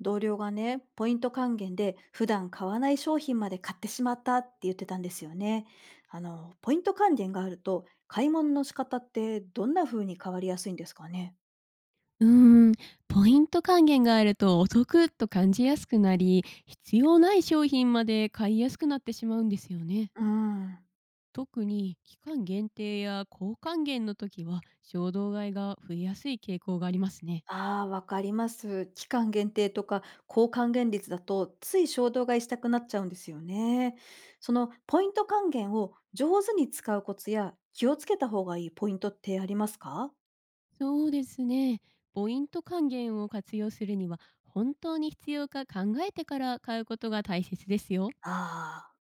同僚がね、ポイント還元で普段買わない商品まで買ってしまったって言ってたんですよね。ポイント還元があると、買い物の仕方ってどんな風に変わりやすいんですかね。うーん、ポイント還元があるとお得と感じやすくなり、必要ない商品まで買いやすくなってしまうんですよね。うん。特に期間限定や高還元の時は衝動買いが増えやすい傾向がありますね。ああ、わかります。期間限定とか高還元率だと、つい衝動買いしたくなっちゃうんですよね。そのポイント還元を上手に使うコツや気をつけた方がいいポイントってありますか？そうですね。ポイント還元を活用するには本当に必要か考えてから買うことが大切ですよ。ああー。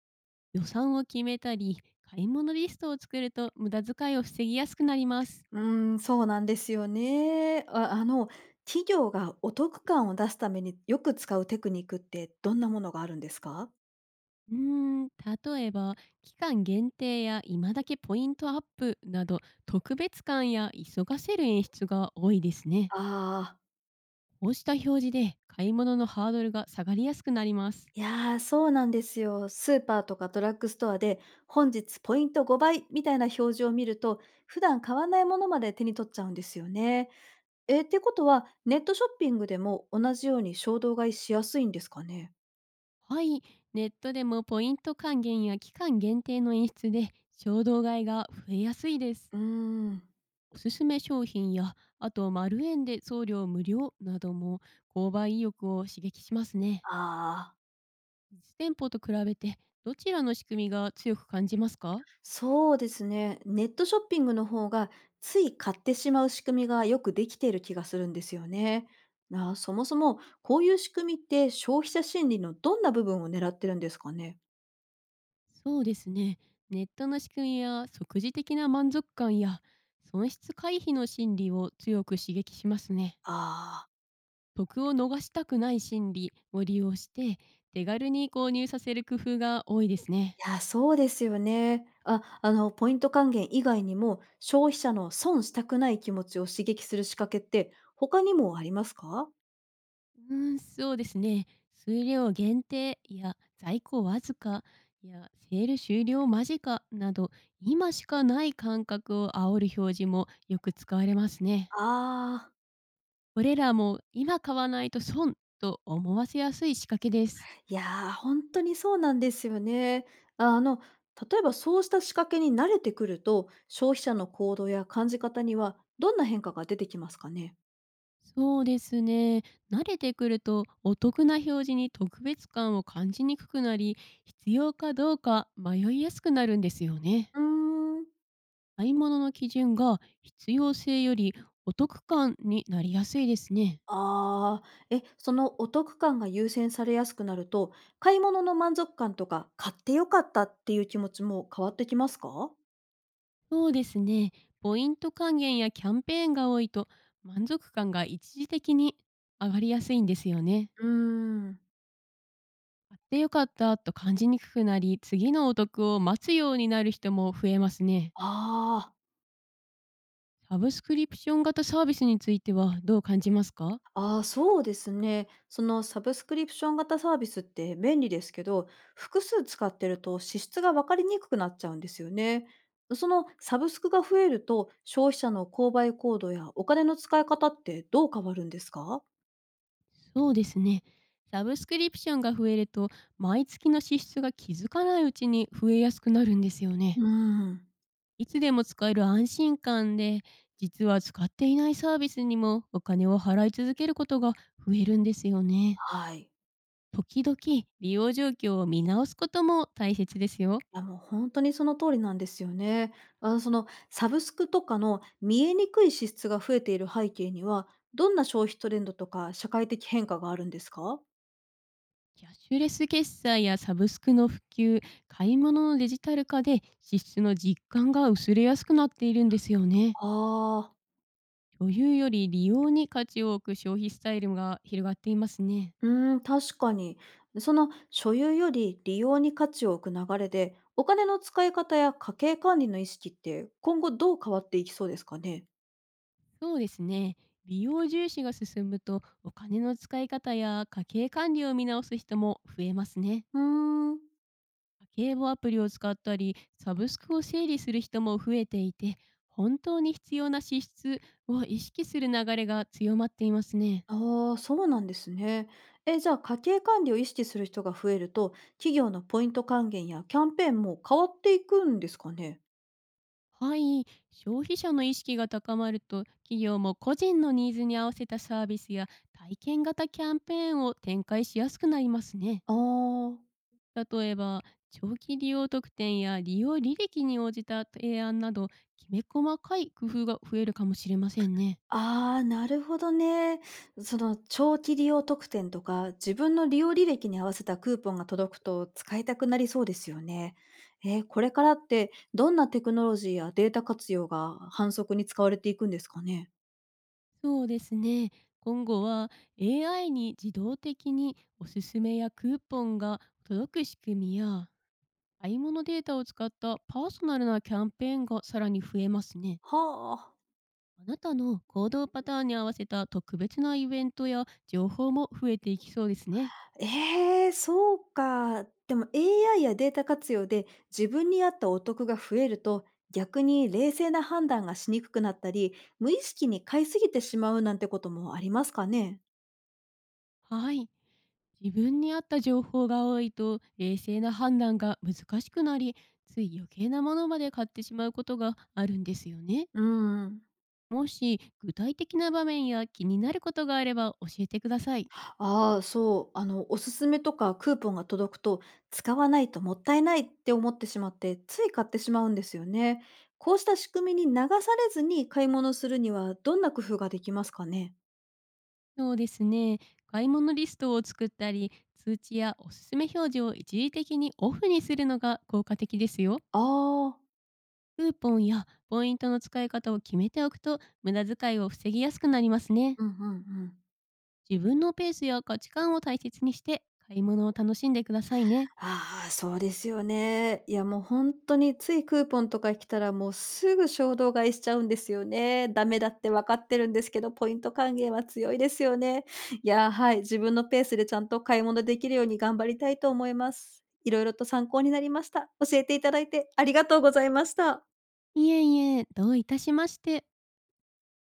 予算を決めたり、買い物リストを作ると無駄遣いを防ぎやすくなります。そうなんですよね。企業がお得感を出すためによく使うテクニックってどんなものがあるんですか？うーん、例えば期間限定や今だけポイントアップなど、特別感や急がせる演出が多いですね。ああ。こうした表示で買い物のハードルが下がりやすくなります。いやー、そうなんですよ。スーパーとかドラッグストアで、本日ポイント5倍みたいな表示を見ると、普段買わないものまで手に取っちゃうんですよね。え、ってことは、ネットショッピングでも同じように衝動買いしやすいんですかね？はい、ネットでもポイント還元や期間限定の演出で衝動買いが増えやすいです。うーん。おすすめ商品や、あと丸円で送料無料なども購買意欲を刺激しますね。ああ。実店舗と比べて、どちらの仕組みが強く感じますか？そうですね。ネットショッピングの方がつい買ってしまう仕組みがよくできている気がするんですよね。なあ、そもそもこういう仕組みって消費者心理のどんな部分を狙ってるんですかね？そうですね。ネットの仕組みや即時的な満足感や、損失回避の心理を強く刺激しますね。ああ。得を逃したくない心理を利用して、手軽に購入させる工夫が多いですね。いや、そうですよね。ポイント還元以外にも消費者の損したくない気持ちを刺激する仕掛けって他にもありますか？うーん、そうですね。数量限定や在庫わずか、やセール終了間近など、今しかない感覚を煽る表示もよく使われますね。ああー。これらも今買わないと損と思わせやすい仕掛けです。いや、本当にそうなんですよね。あの、例えばそうした仕掛けに慣れてくると、消費者の行動や感じ方にはどんな変化が出てきますかね？そうですね。慣れてくるとお得な表示に特別感を感じにくくなり、必要かどうか迷いやすくなるんですよね。うーん。買い物の基準が必要性より、お得感になりやすいですね。ああ。え、そのお得感が優先されやすくなると、買い物の満足感とか、買って良かったっていう気持ちも変わってきますか？そうですね。ポイント還元やキャンペーンが多いと、満足感が一時的に上がりやすいんですよね。うーん。買って良かったと感じにくくなり、次のお得を待つようになる人も増えますね。ああ。サブスクリプション型サービスについてはどう感じますか？ああ、そうですね。そのサブスクリプション型サービスって便利ですけど、複数使ってると支出が分かりにくくなっちゃうんですよね。そのサブスクが増えると、消費者の購買行動やお金の使い方ってどう変わるんですか？そうですね。サブスクリプションが増えると、毎月の支出が気づかないうちに増えやすくなるんですようね。ーん。いつでも使える安心感で、実は使っていないサービスにもお金を払い続けることが増えるんですよね。はい。時々利用状況を見直すことも大切ですよ。いやもう本当にその通りなんですよね。あのそのサブスクとかの見えにくい支出が増えている背景には、どんな消費トレンドとか社会的変化があるんですか？キャッシュレス決済やサブスクの普及、買い物のデジタル化で支出の実感が薄れやすくなっているんですよね。ああー。所有より利用に価値を置く消費スタイルが広がっていますね。うーん、確かに。その所有より利用に価値を置く流れで、お金の使い方や家計管理の意識って今後どう変わっていきそうですかね。そうですね。利用重視が進むと、お金の使い方や家計管理を見直す人も増えますね。うーん。家計簿アプリを使ったり、サブスクを整理する人も増えていて、本当に必要な支出を意識する流れが強まっていますね。ああ、そうなんですね。え、じゃあ家計管理を意識する人が増えると、企業のポイント還元やキャンペーンも変わっていくんですかね。はい、消費者の意識が高まると、企業も個人のニーズに合わせたサービスや体験型キャンペーンを展開しやすくなりますね。ああー。例えば長期利用特典や利用履歴に応じた提案など、きめ細かい工夫が増えるかもしれませんね。ああ、なるほどね。その長期利用特典とか、自分の利用履歴に合わせたクーポンが届くと使いたくなりそうですよね。えー、これからってどんなテクノロジーやデータ活用が反則に使われていくんですかね。そうですね。今後は AI に自動的におすすめやクーポンが届く仕組みや、買い物データを使ったパーソナルなキャンペーンがさらに増えますね。はあ。あなたの行動パターンに合わせた特別なイベントや情報も増えていきそうですね。えー、そうか。でも AI やデータ活用で自分に合ったお得が増えると、逆に冷静な判断がしにくくなったり、無意識に買いすぎてしまうなんてこともありますかね。はい。自分に合った情報が多いと冷静な判断が難しくなり、つい余計なものまで買ってしまうことがあるんですよね。うん。もし具体的な場面や気になることがあれば教えてください。ああ、そう、おすすめとかクーポンが届くと、使わないともったいないって思ってしまって、つい買ってしまうんですよね。こうした仕組みに流されずに買い物するには、どんな工夫ができますかね？そうですね。買い物リストを作ったり、通知やおすすめ表示を一時的にオフにするのが効果的ですよ。ああー。クーポンやポイントの使い方を決めておくと、無駄遣いを防ぎやすくなりますね。うんうんうん。自分のペースや価値観を大切にして買い物を楽しんでくださいね。ああ、そうですよね。いや、もう本当についクーポンとか来たら、もうすぐ衝動買いしちゃうんですよね。ダメだって分かってるんですけど、ポイント還元は強いですよね。いや、はい、自分のペースでちゃんと買い物できるように頑張りたいと思います。いろいろと参考になりました。教えていただいてありがとうございました。いえいえ、どういたしまして。